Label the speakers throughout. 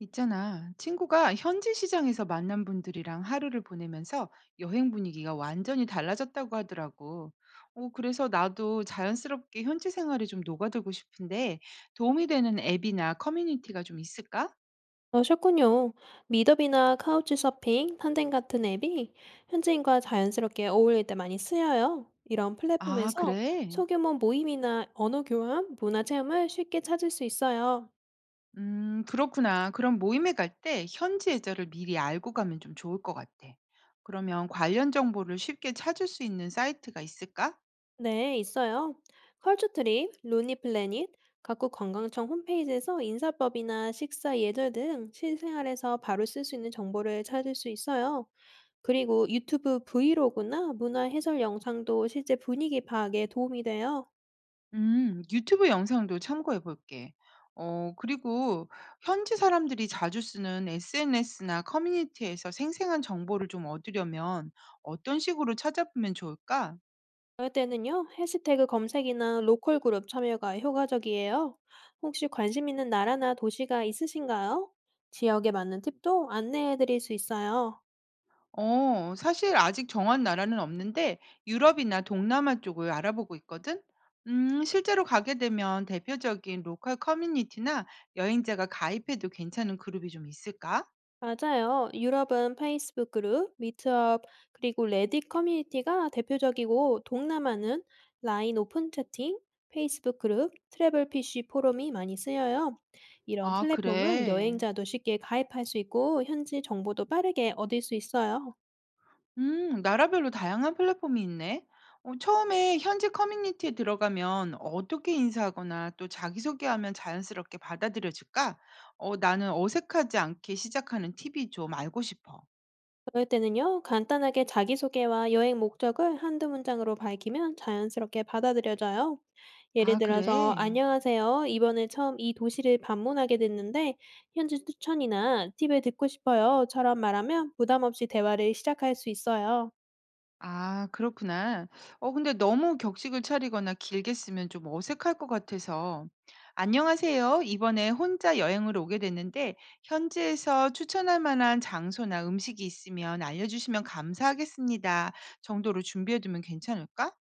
Speaker 1: 있잖아. 친구가 현지 시장에서 만난 분들이랑 하루를 보내면서 여행 분위기가 완전히 달라졌다고 하더라고. 그래서 나도 자연스럽게 현지 생활에 좀 녹아들고 싶은데 도움이 되는 앱이나 커뮤니티가 좀 있을까?
Speaker 2: 그러셨군요. 미더비나 카우치 서핑, 탄덴 같은 앱이 현지인과 자연스럽게 어울릴 때 많이 쓰여요. 이런
Speaker 1: 아,
Speaker 2: 플랫폼에서
Speaker 1: 그래?
Speaker 2: 소규모 모임이나 언어 교환, 문화 체험을 쉽게 찾을 수 있어요.
Speaker 1: 그렇구나. 그럼 모임에 갈 때 현지 예절을 미리 알고 가면 좀 좋을 것 같아. 그러면 관련 정보를 쉽게 찾을 수 있는 사이트가 있을까?
Speaker 2: 네, 있어요. 컬처트립, 루니플래닛, 각국 관광청 홈페이지에서 인사법이나 식사 예절 등 실생활에서 바로 쓸 수 있는 정보를 찾을 수 있어요. 그리고 유튜브 브이로그나 문화 해설 영상도 실제 분위기 파악에 도움이 돼요.
Speaker 1: 유튜브 영상도 참고해 볼게. 그리고 현지 사람들이 자주 쓰는 SNS나 커뮤니티에서 생생한 정보를 좀 얻으려면 어떤 식으로 찾아보면 좋을까?
Speaker 2: 그럴 때는요, 해시태그 검색이나 로컬 그룹 참여가 효과적이에요. 혹시 관심 있는 나라나 도시가 있으신가요? 지역에 맞는 팁도 안내해 드릴 수 있어요.
Speaker 1: 사실 아직 정한 나라는 없는데 유럽이나 동남아 쪽을 알아보고 있거든? 실제로 가게 되면 대표적인 로컬 커뮤니티나 여행자가 가입해도 괜찮은 그룹이 좀 있을까?
Speaker 2: 맞아요. 유럽은 페이스북 그룹, 미트업, 그리고 레딧 커뮤니티가 대표적이고, 동남아는 라인 오픈 채팅, 페이스북 그룹, 트래블 PC 포럼이 많이 쓰여요. 이런
Speaker 1: 아,
Speaker 2: 플랫폼은
Speaker 1: 그래.
Speaker 2: 여행자도 쉽게 가입할 수 있고, 현지 정보도 빠르게 얻을 수 있어요.
Speaker 1: 나라별로 다양한 플랫폼이 있네. 처음에 현지 커뮤니티에 들어가면 어떻게 인사하거나 또 자기소개하면 자연스럽게 받아들여질까? 나는 어색하지 않게 시작하는 팁이 좀 알고 싶어.
Speaker 2: 그럴 때는요, 간단하게 자기소개와 여행 목적을 한두 문장으로 밝히면 자연스럽게 받아들여져요. 예를
Speaker 1: 아,
Speaker 2: 들어서,
Speaker 1: 그래.
Speaker 2: 안녕하세요. 이번에 처음 이 도시를 방문하게 됐는데, 현지 추천이나 팁을 듣고 싶어요.처럼 말하면 부담 없이 대화를 시작할 수 있어요.
Speaker 1: 아 그렇구나. 어 근데 너무 격식을 차리거나 길게 쓰면 좀 어색할 것 같아서 "안녕하세요. 이번에 혼자 여행을 오게 됐는데 현지에서 추천할 만한 장소나 음식이 있으면 알려주시면 감사하겠습니다." 정도로 준비해 두면 괜찮을까?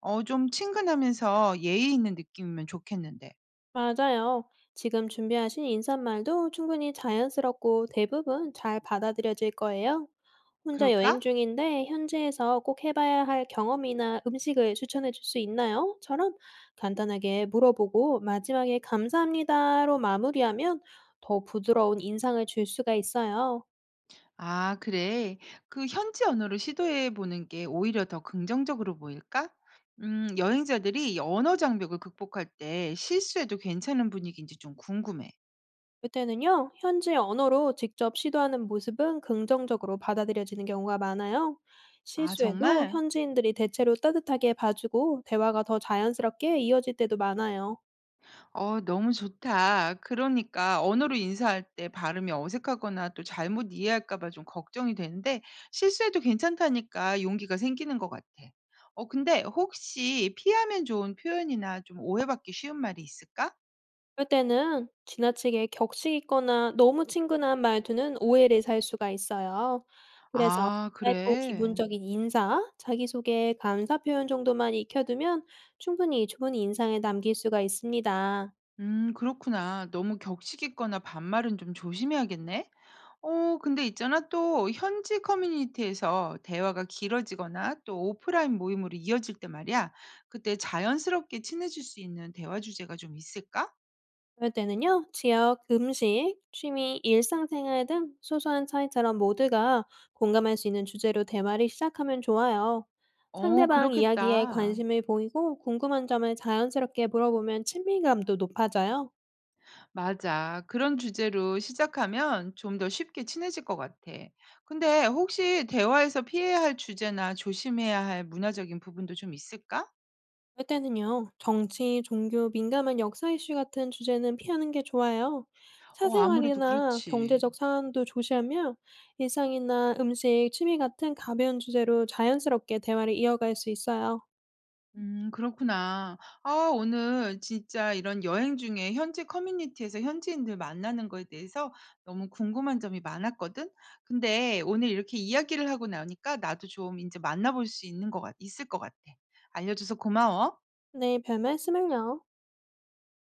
Speaker 1: 어 좀 친근하면서 예의 있는 느낌이면 좋겠는데.
Speaker 2: 맞아요. 지금 준비하신 인사말도 충분히 자연스럽고 대부분 잘 받아들여질 거예요. 혼자 여행
Speaker 1: 그럴까?
Speaker 2: 중인데 현지에서 꼭 해봐야 할 경험이나 음식을 추천해 줄 수 있나요? 처럼 간단하게 물어보고 마지막에 감사합니다로 마무리하면 더 부드러운 인상을 줄 수가 있어요.
Speaker 1: 아, 그래. 그 현지 언어를 시도해 보는 게 오히려 더 긍정적으로 보일까? 여행자들이 언어 장벽을 극복할 때 실수해도 괜찮은 분위기인지 좀 궁금해.
Speaker 2: 이때는요, 현지 언어로 직접 시도하는 모습은 긍정적으로 받아들여지는 경우가 많아요.
Speaker 1: 아,
Speaker 2: 실수에도
Speaker 1: 정말?
Speaker 2: 현지인들이 대체로 따뜻하게 봐주고 대화가 더 자연스럽게 이어질 때도 많아요.
Speaker 1: 너무 좋다. 그러니까 언어로 인사할 때 발음이 어색하거나 또 잘못 이해할까 봐 좀 걱정이 되는데 실수해도 괜찮다니까 용기가 생기는 것 같아. 근데 혹시 피하면 좋은 표현이나 좀 오해받기 쉬운 말이 있을까?
Speaker 2: 그럴 때는 지나치게 격식 있거나 너무 친근한 말투는 오해를 살 수가 있어요. 그래서
Speaker 1: 아,
Speaker 2: 짧고
Speaker 1: 그래.
Speaker 2: 기본적인 인사, 자기소개, 감사 표현 정도만 익혀두면 충분히 좋은 인상에 남길 수가 있습니다.
Speaker 1: 그렇구나. 너무 격식 있거나 반말은 좀 조심해야겠네. 근데 있잖아. 또 현지 커뮤니티에서 대화가 길어지거나 또 오프라인 모임으로 이어질 때 말이야. 그때 자연스럽게 친해질 수 있는 대화 주제가 좀 있을까?
Speaker 2: 그럴 때는요, 지역, 음식, 취미, 일상생활 등 소소한 차이처럼 모두가 공감할 수 있는 주제로 대화를 시작하면 좋아요. 상대방 이야기에
Speaker 1: 그렇겠다.
Speaker 2: 관심을 보이고 궁금한 점을 자연스럽게 물어보면 친밀감도 높아져요.
Speaker 1: 맞아. 그런 주제로 시작하면 좀 더 쉽게 친해질 것 같아. 근데 혹시 대화에서 피해야 할 주제나 조심해야 할 문화적인 부분도 좀 있을까?
Speaker 2: 그럴 때는요, 정치, 종교, 민감한 역사 이슈 같은 주제는 피하는 게 좋아요.
Speaker 1: 아무래도
Speaker 2: 사생활이나
Speaker 1: 그렇지.
Speaker 2: 경제적 사안도 조시하며 일상이나 음식, 취미 같은 가벼운 주제로 자연스럽게 대화를 이어갈 수 있어요.
Speaker 1: 그렇구나. 아 오늘 진짜 이런 여행 중에 현지 커뮤니티에서 현지인들 만나는 거에 대해서 너무 궁금한 점이 많았거든. 근데 오늘 이렇게 이야기를 하고 나니까 나도 좀 이제 만나 볼 수 있는 것 같 있을 것 같아. 알려줘서 고마워.
Speaker 2: 네, 별 말씀을요.